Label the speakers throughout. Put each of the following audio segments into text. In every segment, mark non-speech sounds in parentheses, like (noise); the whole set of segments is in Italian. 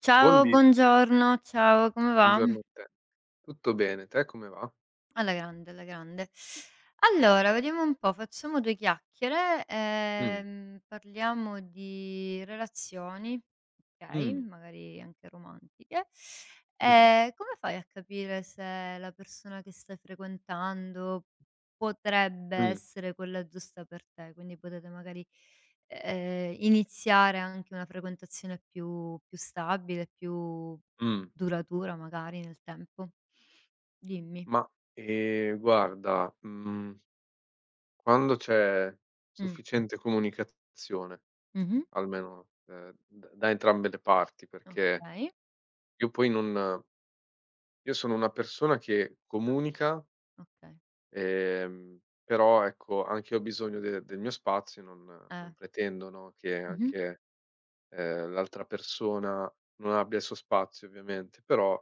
Speaker 1: Ciao,
Speaker 2: Buondì,
Speaker 1: buongiorno, ciao, come va?
Speaker 2: buongiorno a te. Tutto bene, te come va?
Speaker 1: Alla grande, alla grande. Allora, vediamo un po', facciamo due chiacchiere,
Speaker 2: Mh,
Speaker 1: parliamo di relazioni, okay,
Speaker 2: mh,
Speaker 1: magari anche romantiche.
Speaker 2: mh-mh,
Speaker 1: Come fai a capire se la persona che stai frequentando potrebbe
Speaker 2: mh,
Speaker 1: essere quella giusta per te? Quindi potete magari, iniziare anche una frequentazione più stabile, più
Speaker 2: mh.
Speaker 1: duratura magari nel tempo. Dimmi.
Speaker 2: Ma, guarda, quando c'è
Speaker 1: Mh.
Speaker 2: sufficiente comunicazione,
Speaker 1: Mh-mh.
Speaker 2: almeno, d da entrambe le parti, perché
Speaker 1: Okay.
Speaker 2: io poi non io sono una persona che
Speaker 1: Ah,
Speaker 2: comunica,
Speaker 1: okay.
Speaker 2: però ecco, anch'io ho bisogno de del mio spazio, non
Speaker 1: Eh.
Speaker 2: non pretendo, no, che
Speaker 1: Mh-mh.
Speaker 2: anche, l'altra persona non abbia il suo spazio ovviamente, però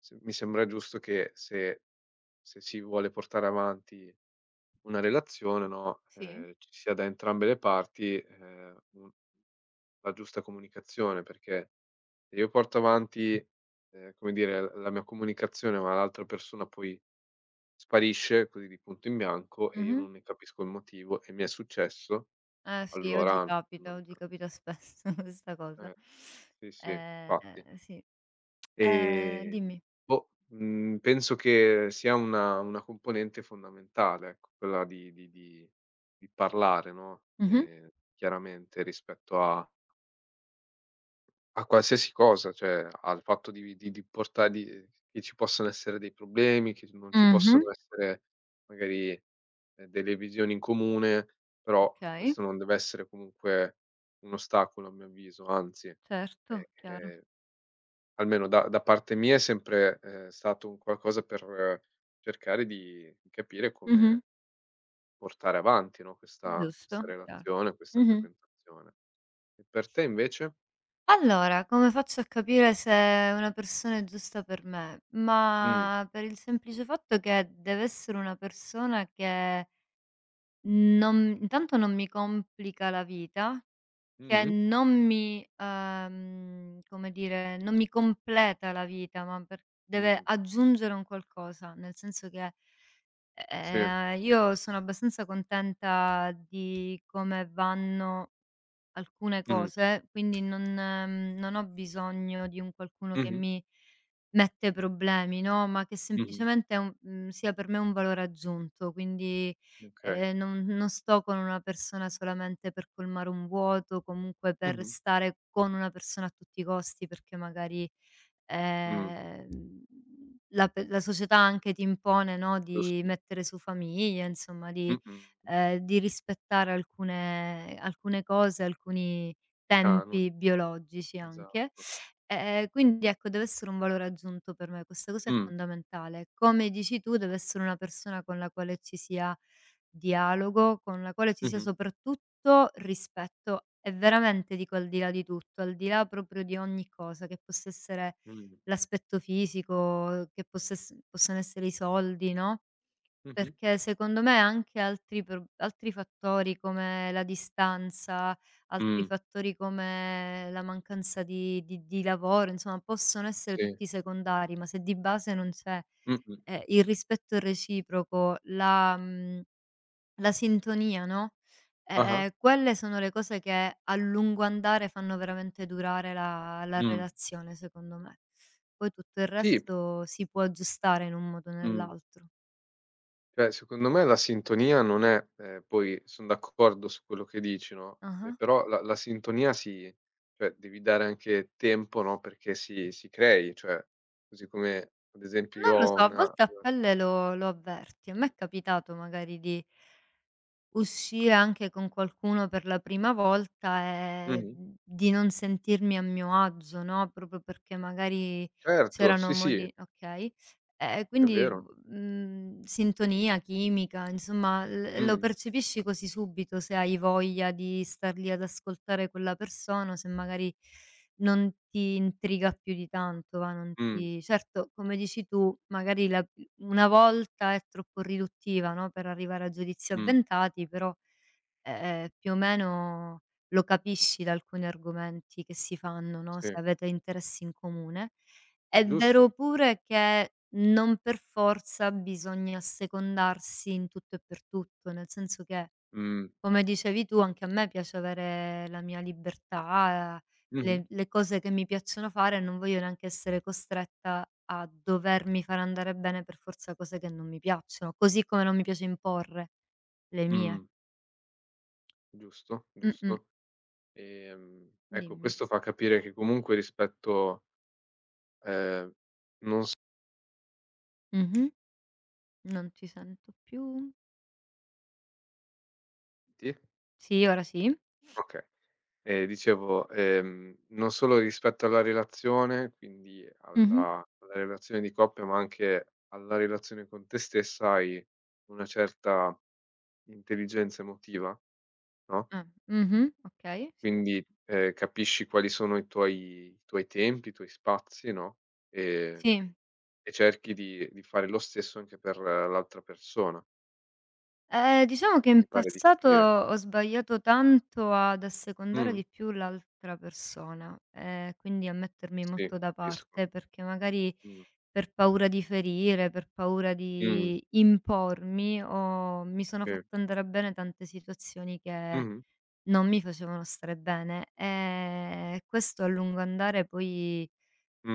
Speaker 2: S mi sembra giusto che se si vuole portare avanti una relazione, no,
Speaker 1: Sì?
Speaker 2: ci sia da entrambe le parti, un la giusta comunicazione, perché se io porto avanti, come dire, l la mia comunicazione, ma l'altra persona poi sparisce così di punto in bianco e io
Speaker 1: Mh-mh.
Speaker 2: non ne capisco il motivo, e mi è successo,
Speaker 1: Eh sì,
Speaker 2: allora non
Speaker 1: oggi capita (laughs) spesso questa cosa.
Speaker 2: eh, sì, sì,
Speaker 1: Ehm,
Speaker 2: infatti.
Speaker 1: sì. Ehm,
Speaker 2: Ehm,
Speaker 1: dimmi.
Speaker 2: boh, penso che sia una componente fondamentale, ecco, quella di parlare, no,
Speaker 1: Mh-mh.
Speaker 2: chiaramente rispetto a qualsiasi cosa, cioè al fatto di porta di che ci possono essere dei problemi, che non ci
Speaker 1: Mh-mh.
Speaker 2: possono essere magari, delle visioni in comune, però
Speaker 1: Okay,
Speaker 2: questo non deve essere comunque un ostacolo a mio avviso, anzi.
Speaker 1: certo, chiaro.
Speaker 2: Almeno da parte mia è sempre, stato un qualcosa per cercare di capire
Speaker 1: Mh-mh.
Speaker 2: come portare avanti, no, questa
Speaker 1: Giusto, chiaro.
Speaker 2: relazione, questa
Speaker 1: Mh-mh.
Speaker 2: frequentazione. E per te invece?
Speaker 1: Allora, come faccio a capire se una persona è giusta per me?
Speaker 2: Mh.
Speaker 1: Ma per il semplice fatto che deve essere una persona che non intanto non mi complica la vita, che
Speaker 2: Mh-mh.
Speaker 1: non mi come dire, non mi completa la vita, ma per deve
Speaker 2: Mh.
Speaker 1: aggiungere un qualcosa, nel senso che,
Speaker 2: Sì.
Speaker 1: io sono abbastanza contenta di come vanno alcune
Speaker 2: Mh.
Speaker 1: cose, quindi non non ho bisogno di un qualcuno che
Speaker 2: Mh-mh.
Speaker 1: mi mette problemi, no, ma che
Speaker 2: Mh-mh.
Speaker 1: semplicemente è un sia per me un valore aggiunto, quindi,
Speaker 2: Okay.
Speaker 1: non sto con una persona solamente per colmare un vuoto, comunque per
Speaker 2: Mh-mh.
Speaker 1: stare con una persona a tutti i costi perché magari
Speaker 2: Mh.
Speaker 1: Ehm, la pe la società anche ti impone, no, di
Speaker 2: Giusto.
Speaker 1: mettere su famiglia, insomma
Speaker 2: Mh-mh.
Speaker 1: di rispettare alcune cose, alcuni
Speaker 2: Canoni.
Speaker 1: tempi biologici anche.
Speaker 2: Esatto.
Speaker 1: Quindi ecco, deve essere un valore aggiunto per me, questa cosa è
Speaker 2: Mh.
Speaker 1: fondamentale. Come dici tu, deve
Speaker 2: Giusto.
Speaker 1: essere una persona con la quale ci sia dialogo, con la quale ci sia
Speaker 2: Mh-mh.
Speaker 1: soprattutto rispetto e veramente dico al di là di tutto, al di là proprio di ogni cosa che possa essere
Speaker 2: Mh.
Speaker 1: l'aspetto fisico, che possess possano essere i soldi, no,
Speaker 2: Mh-mh.
Speaker 1: perché secondo me anche altri fattori come la distanza, altri
Speaker 2: Mh.
Speaker 1: fattori come la mancanza di lavoro, insomma possono essere
Speaker 2: Sì.
Speaker 1: tutti secondari, ma se di base non c'è,
Speaker 2: Mh-mh.
Speaker 1: il rispetto reciproco, la mhmm la sintonia, no,
Speaker 2: Ah-ah.
Speaker 1: quelle sono le cose che a lungo andare fanno veramente durare la
Speaker 2: Mh.
Speaker 1: relazione secondo me. Poi tutto il
Speaker 2: Sì.
Speaker 1: resto si può aggiustare in un modo o
Speaker 2: Mh.
Speaker 1: nell'altro.
Speaker 2: Cioè, secondo me la sintonia non è poi son d'accordo su quello che dici, no,
Speaker 1: Ah-ah.
Speaker 2: però la sintonia si, cioè devi dare anche tempo, no, perché si crei, cioè così come ad esempio io
Speaker 1: Non lo
Speaker 2: ho
Speaker 1: so, a volte a
Speaker 2: una
Speaker 1: pelle lo avverti. A me è capitato magari di uscire anche con qualcuno per la prima volta e
Speaker 2: mh-mh,
Speaker 1: di non sentirmi a mio agio, no, proprio perché magari
Speaker 2: certo, sì,
Speaker 1: c'erano
Speaker 2: sì,
Speaker 1: modi okay. E
Speaker 2: è
Speaker 1: quindi,
Speaker 2: vero.
Speaker 1: sintonia, chimica, insomma l lo
Speaker 2: Mh,
Speaker 1: percepisci così subito se hai voglia di star lì ad ascoltare quella persona o se magari non ti intriga più di tanto, va, non
Speaker 2: mh,
Speaker 1: ti certo, come dici tu, magari la una volta è troppo riduttiva, no, per arrivare a giudizi
Speaker 2: mh,
Speaker 1: avventati, però, più o meno lo capisci da alcuni argomenti che si fanno, no,
Speaker 2: sì,
Speaker 1: se avete interessi in comune. È vero
Speaker 2: giusto, giusto.
Speaker 1: pure che non per forza bisogna assecondarsi in tutto e per tutto, nel senso che
Speaker 2: Mh,
Speaker 1: come dicevi tu, anche a me piace avere la mia libertà,
Speaker 2: mh-mh,
Speaker 1: le cose che mi piacciono fare e non voglio neanche essere costretta a dovermi far andare bene per forza cose che non mi piacciono, così come non mi piace imporre le mie.
Speaker 2: mh, giusto,
Speaker 1: Mh-mh.
Speaker 2: giusto. Ecco
Speaker 1: Dimmi.
Speaker 2: questo fa capire che comunque rispetto, ehm,
Speaker 1: Mh-mh. Non ti sento più.
Speaker 2: sì?
Speaker 1: Sì, ora sì.
Speaker 2: Okay. Dicevo, non solo rispetto alla relazione, quindi
Speaker 1: Mh-mh.
Speaker 2: alla relazione di coppia, ma anche alla relazione con te stessa hai una certa intelligenza emotiva, no,
Speaker 1: Ah. Mh-mh. Okay, sì.
Speaker 2: quindi, capisci quali sono i tuoi tempi, i tuoi spazi, no, ehm,
Speaker 1: Sì.
Speaker 2: e cerchi di fare lo stesso anche per l'altra persona,
Speaker 1: Diciamo che in
Speaker 2: mi pare di
Speaker 1: passato
Speaker 2: capire.
Speaker 1: ho sbagliato tanto ad assecondare
Speaker 2: Mh.
Speaker 1: di più l'altra persona, quindi a mettermi
Speaker 2: Sì,
Speaker 1: molto da
Speaker 2: capisco.
Speaker 1: parte, perché magari
Speaker 2: Mh.
Speaker 1: per paura di ferire, per paura
Speaker 2: Mh.
Speaker 1: di impormi ho mi sono
Speaker 2: Sì.
Speaker 1: fatta andare bene tante situazioni che
Speaker 2: Mh-mh.
Speaker 1: non mi facevano stare bene, questo a lungo andare poi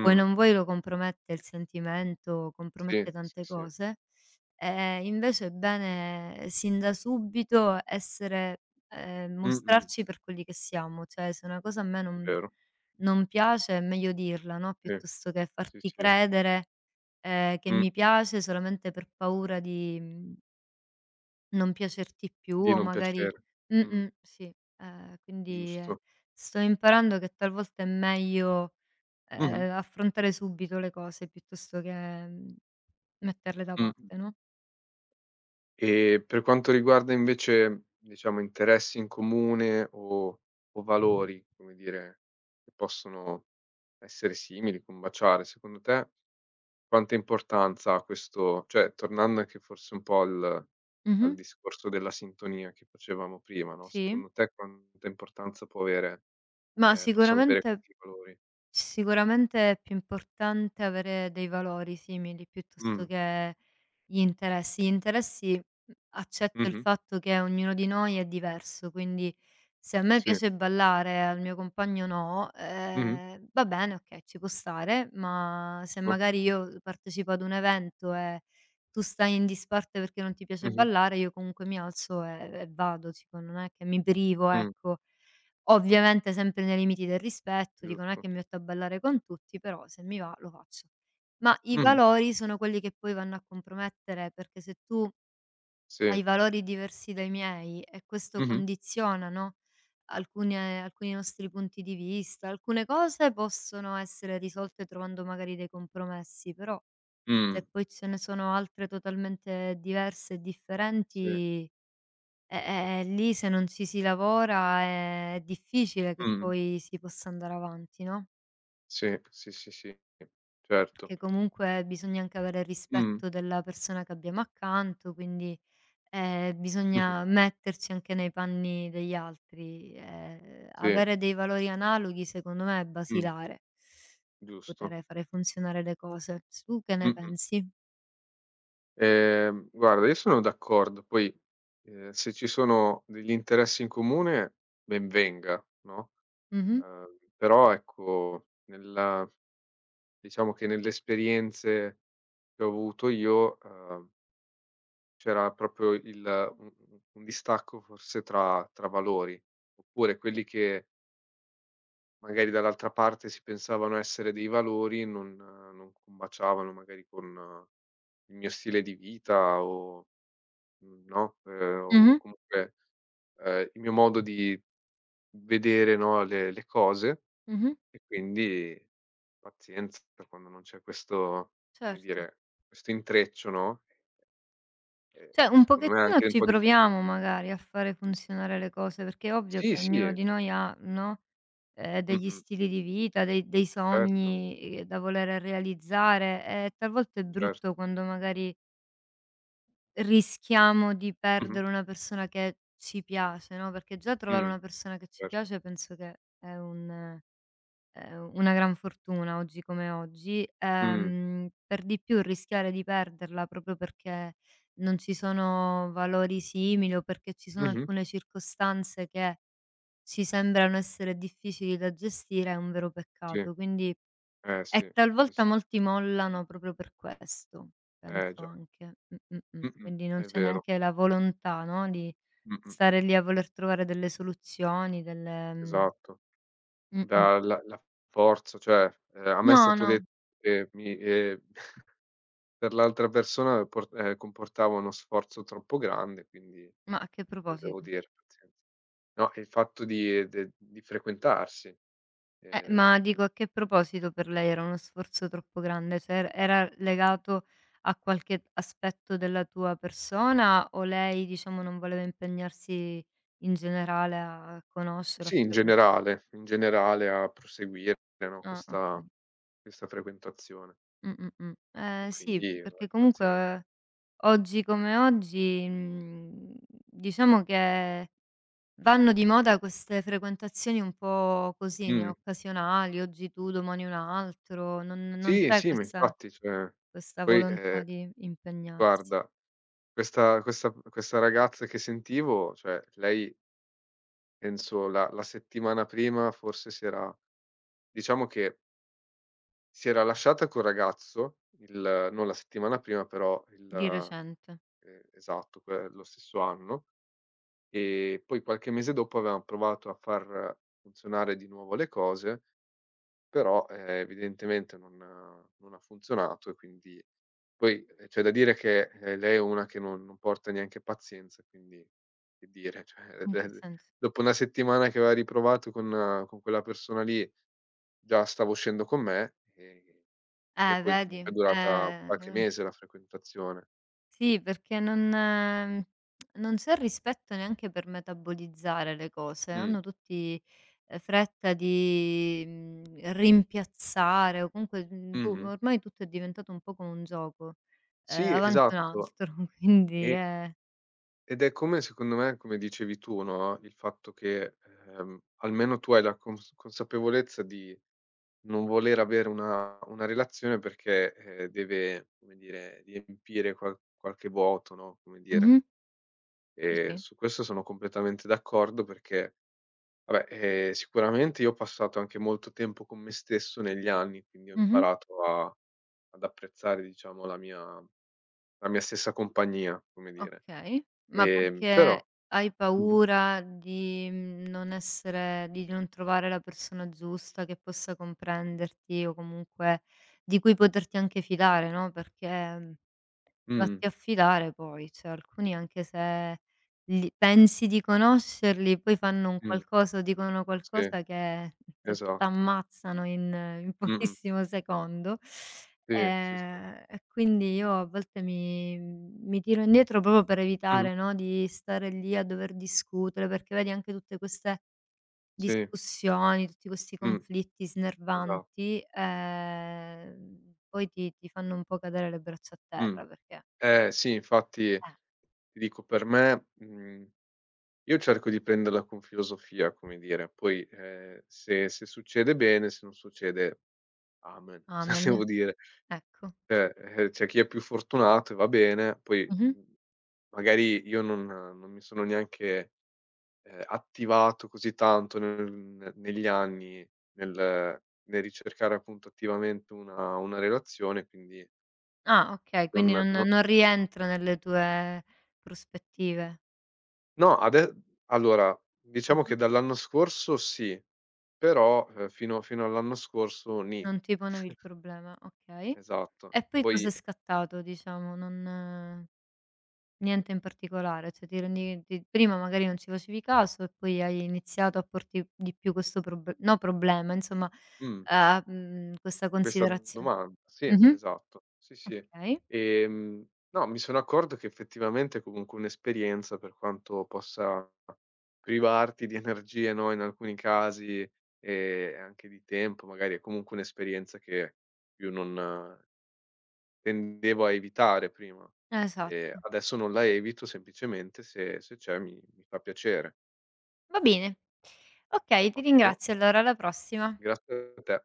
Speaker 1: vuoi non vuoi lo compromette il sentimento, compromette
Speaker 2: Sì, sì,
Speaker 1: tante
Speaker 2: sì.
Speaker 1: cose. Invece è bene sin da subito essere
Speaker 2: Mh-mh,
Speaker 1: mostrarci per quelli che siamo, cioè se una cosa a me non
Speaker 2: vero,
Speaker 1: non piace è meglio dirla, no,
Speaker 2: sì,
Speaker 1: piuttosto che
Speaker 2: sì,
Speaker 1: farti
Speaker 2: sì.
Speaker 1: credere, che mi
Speaker 2: Mh-mh.
Speaker 1: piace solamente per paura di, non piacerti più
Speaker 2: Di
Speaker 1: o
Speaker 2: non
Speaker 1: magari
Speaker 2: piacere. Mh,
Speaker 1: mh-mh, sì. Quindi,
Speaker 2: giusto.
Speaker 1: sto imparando che talvolta è meglio,
Speaker 2: Mh-mh,
Speaker 1: affrontare subito le cose piuttosto che, metterle da
Speaker 2: mh.
Speaker 1: parte, no?
Speaker 2: E per quanto riguarda invece, diciamo, interessi in comune o valori, come dire, che possono essere simili, combaciare, secondo te quanta importanza ha questo, cioè tornando anche forse un po' al
Speaker 1: Mh-mh.
Speaker 2: discorso della sintonia che facevamo prima, no,
Speaker 1: Sì,
Speaker 2: secondo te quanta importanza può avere
Speaker 1: ma
Speaker 2: possono avere
Speaker 1: sicuramente
Speaker 2: questi valori?
Speaker 1: è più importante avere dei valori simili piuttosto
Speaker 2: Mh.
Speaker 1: che gli interessi. Gli interessi, accetto il
Speaker 2: Mh-mh.
Speaker 1: fatto che ognuno di noi è diverso, quindi se a me
Speaker 2: Sì.
Speaker 1: piace ballare e al mio compagno no,
Speaker 2: Mh-mh.
Speaker 1: va bene, okay, ci può stare, ma se
Speaker 2: Giusto.
Speaker 1: magari io partecipo ad un evento e tu stai in disparte perché non ti piace
Speaker 2: Mh-mh.
Speaker 1: ballare, io comunque mi alzo e vado, tipo non è che mi privo,
Speaker 2: Mh.
Speaker 1: ecco. Ovviamente sempre nei limiti del rispetto, dico non è che
Speaker 2: Giusto.
Speaker 1: mi metto a ballare con tutti, però se mi va lo faccio. Ma i
Speaker 2: Mh-mh.
Speaker 1: valori sono quelli che poi vanno a compromettere, perché se tu
Speaker 2: Sì.
Speaker 1: hai valori diversi dai miei e questo
Speaker 2: Mh-mh.
Speaker 1: condiziona, no, alcune alcuni nostri punti di vista, alcune cose possono essere risolte trovando magari dei compromessi, però
Speaker 2: Mh.
Speaker 1: se poi ce ne sono altre totalmente diverse e
Speaker 2: Sì.
Speaker 1: differenti lì se non ci si lavora è difficile che
Speaker 2: Mh.
Speaker 1: poi si possa andare avanti, no,
Speaker 2: Sì, sì, sì, sì. Certo.
Speaker 1: perché comunque bisogna anche avere
Speaker 2: Mh.
Speaker 1: rispetto della persona che abbiamo accanto, quindi,
Speaker 2: Mh-mh.
Speaker 1: bisogna metterci anche nei panni degli altri. Ehm,
Speaker 2: Sì.
Speaker 1: avere dei valori analoghi secondo me è
Speaker 2: Mh.
Speaker 1: basilare per
Speaker 2: Giusto.
Speaker 1: poter fare funzionare le cose. S Tu che ne
Speaker 2: Mh-mh.
Speaker 1: pensi?
Speaker 2: Guarda, io sono d'accordo, poi, se ci sono degli interessi in comune ben venga, no,
Speaker 1: Mh-mh.
Speaker 2: però ecco, nella diciamo che nelle esperienze che ho avuto io, c'era proprio il u u un distacco forse tra valori, oppure quelli che magari dall'altra parte si pensavano essere dei valori non combaciavano magari con il mio stile di vita o no, o
Speaker 1: Mh-mh.
Speaker 2: comunque, il mio modo di vedere, no, le cose,
Speaker 1: Mh-mh.
Speaker 2: e quindi pazienza quando non c'è questo, come
Speaker 1: Certo.
Speaker 2: dire, questo intreccio, no,
Speaker 1: Cioè, un
Speaker 2: secondo me è
Speaker 1: pochettino
Speaker 2: anche un
Speaker 1: ci
Speaker 2: po' difficile.
Speaker 1: proviamo magari a fare funzionare le cose, perché è ovvio
Speaker 2: Sì,
Speaker 1: che ognuno
Speaker 2: sì,
Speaker 1: di noi ha, no, degli
Speaker 2: mh-mh.
Speaker 1: stili di vita, dei
Speaker 2: Certo,
Speaker 1: sogni, da voler realizzare e talvolta è
Speaker 2: certo.
Speaker 1: brutto quando magari rischiamo di
Speaker 2: Mh-mh.
Speaker 1: perdere una persona che ci piace, no, perché già trovare
Speaker 2: Mh,
Speaker 1: una persona che ci
Speaker 2: certo.
Speaker 1: piace penso che è un una gran fortuna oggi come oggi.
Speaker 2: Mh.
Speaker 1: Per di più rischiare di perderla proprio perché non ci sono valori simili o perché ci sono
Speaker 2: Mh-mh.
Speaker 1: alcune circostanze che ci sembrano essere difficili da gestire è un vero
Speaker 2: Sì.
Speaker 1: peccato. Quindi
Speaker 2: Eh
Speaker 1: e
Speaker 2: sì, sì,
Speaker 1: talvolta
Speaker 2: sì.
Speaker 1: molti mollano proprio per questo,
Speaker 2: Eh
Speaker 1: penso
Speaker 2: già.
Speaker 1: anche.
Speaker 2: Mh-mh.
Speaker 1: Quindi non
Speaker 2: È
Speaker 1: c'è
Speaker 2: vero.
Speaker 1: neanche la volontà, no, di
Speaker 2: Mh-mh.
Speaker 1: stare lì a voler trovare delle soluzioni, delle
Speaker 2: Esatto.
Speaker 1: mh.
Speaker 2: Da la forza, cioè, a me è
Speaker 1: No,
Speaker 2: stato
Speaker 1: no.
Speaker 2: detto che mi (laughs) per l'altra persona por comportava uno sforzo troppo grande, quindi
Speaker 1: Ma a che
Speaker 2: lo devo
Speaker 1: proposito?
Speaker 2: dire, pazienza. No, e il fatto di frequentarsi, ehm,
Speaker 1: Ma
Speaker 2: mh,
Speaker 1: dico a che proposito per lei era uno sforzo troppo grande? Se er era legato a qualche aspetto della tua persona o lei, diciamo, non voleva impegnarsi in generale a conoscere, a
Speaker 2: sì,
Speaker 1: frequen
Speaker 2: in generale a proseguire, no,
Speaker 1: ah, okay.
Speaker 2: questa frequentazione,
Speaker 1: Mh, mh, mh.
Speaker 2: e
Speaker 1: Sì,
Speaker 2: quindi
Speaker 1: perché
Speaker 2: vabbè
Speaker 1: comunque
Speaker 2: pazienza.
Speaker 1: eh, oggi come oggi, diciamo che vanno di moda queste frequentazioni un po' così, né,
Speaker 2: Mh.
Speaker 1: occasionali, oggi tu, domani un altro, non
Speaker 2: Sì,
Speaker 1: c'è
Speaker 2: sì, ma
Speaker 1: questa
Speaker 2: infatti cioè
Speaker 1: questa
Speaker 2: poi,
Speaker 1: volontà di impegnarsi
Speaker 2: guarda questa questa ragazza che sentivo, cioè lei penso la settimana prima forse si era, diciamo che si era lasciata col ragazzo il non la settimana prima però
Speaker 1: di
Speaker 2: il
Speaker 1: recente.
Speaker 2: esatto, que lo stesso anno, e poi qualche mese dopo avevam provato a far funzionare di nuovo le cose. Però, evidentemente non ha funzionato, e quindi poi, c'è da dire che, lei è una che non porta neanche pazienza, quindi che dire, cioè (laughs)
Speaker 1: In che
Speaker 2: eh,
Speaker 1: senso?
Speaker 2: dopo una settimana che aveva riprovato con quella persona lì, già stava uscendo con me, e poi comunque
Speaker 1: Vedi?
Speaker 2: è durata qualche mese la frequentazione.
Speaker 1: Sì, perché non c'è rispetto neanche per metabolizzare le cose.
Speaker 2: Mh.
Speaker 1: Hanno tutti, fretta di, rimpiazzare o comunque, boh,
Speaker 2: Mh-mh.
Speaker 1: ormai tutto è diventato un po' come un gioco,
Speaker 2: Sì,
Speaker 1: avanti un
Speaker 2: esatto.
Speaker 1: altro, (laughs) quindi
Speaker 2: E
Speaker 1: è
Speaker 2: Ed è come, secondo me, come dicevi tu, no, il fatto che, almeno tu hai la consapevolezza di non voler avere una relazione perché, deve, come dire, riempire qualche vuoto, no, come dire.
Speaker 1: mh-mh. Dici?
Speaker 2: Su questo sono completamente d'accordo perché vabbè, sicuramente io ho passato anche molto tempo con me stesso negli anni, quindi ho
Speaker 1: Mh-mh.
Speaker 2: imparato a ad apprezzare, diciamo, la mia stessa compagnia, come dire.
Speaker 1: Okay, ma
Speaker 2: Però
Speaker 1: perché hai
Speaker 2: mh,
Speaker 1: paura di, non essere di non trovare la persona giusta che possa comprenderti o comunque di cui poterti anche fidare, no, perché mhmm,
Speaker 2: mh,
Speaker 1: vatti a filare poi, cioè alcuni anche se li pensi di conoscerli, poi fanno un
Speaker 2: mh,
Speaker 1: qualcosa o dicono
Speaker 2: sì,
Speaker 1: qualcosa che
Speaker 2: esatto.
Speaker 1: t'ammazzano in (laughs)
Speaker 2: Mh-mh,
Speaker 1: pochissimo secondo.
Speaker 2: sì, sì, sì.
Speaker 1: E quindi io a volte mi tiro indietro proprio per
Speaker 2: Mh-mh,
Speaker 1: evitare, no, di stare lì a dover discutere, perché vedi anche tutte queste
Speaker 2: sì,
Speaker 1: discussioni, tutti questi
Speaker 2: mh,
Speaker 1: conflitti
Speaker 2: esatto,
Speaker 1: snervanti, poi ti fanno un po' cadere le braccia a
Speaker 2: mh.
Speaker 1: terra perché
Speaker 2: Eh sì, infatti
Speaker 1: eh.
Speaker 2: ti dico, per me, io cerco di prenderla con filosofia, come dire, poi, se succede bene, se non succede amen, (laughs) cosa
Speaker 1: Amen,
Speaker 2: devo dire.
Speaker 1: ecco.
Speaker 2: Cioè, c'è chi è più fortunato e va bene, poi,
Speaker 1: Mh-mh.
Speaker 2: magari io non mi sono neanche, attivato così tanto nel negli anni nel nel ricercare, appunto, attivamente una relazione, quindi.
Speaker 1: Ah, okay,
Speaker 2: Non
Speaker 1: quindi non
Speaker 2: non
Speaker 1: non rientra nelle tue prospettive.
Speaker 2: No, ade allora, diciamo che
Speaker 1: Mh-mh.
Speaker 2: dall'anno scorso sì, però, fino all'anno scorso nì.
Speaker 1: Non ti ponevi il problema, okay.
Speaker 2: Esatto.
Speaker 1: E poi cos'è
Speaker 2: Poi
Speaker 1: scattato diciamo? Non niente in particolare, cioè ti prima magari non ci facevi caso e poi hai iniziato a porti di più questo prob no problema, insomma,
Speaker 2: mh,
Speaker 1: a questa
Speaker 2: questa
Speaker 1: considerazione.
Speaker 2: domanda sì,
Speaker 1: Mh-mh,
Speaker 2: esatto. Sì, sì.
Speaker 1: okay,
Speaker 2: No, mi sono accorto che effettivamente è comunque un'esperienza, per quanto possa privarti di energie, no, in alcuni casi, e anche di tempo magari, è comunque un'esperienza che più non tendevo a evitare prima,
Speaker 1: esatto.
Speaker 2: adesso non la evito semplicemente, se se c'è mi mi fa piacere.
Speaker 1: Va bene. Okay, ti
Speaker 2: Ottimo,
Speaker 1: ringrazio allora, alla prossima.
Speaker 2: grazie a te.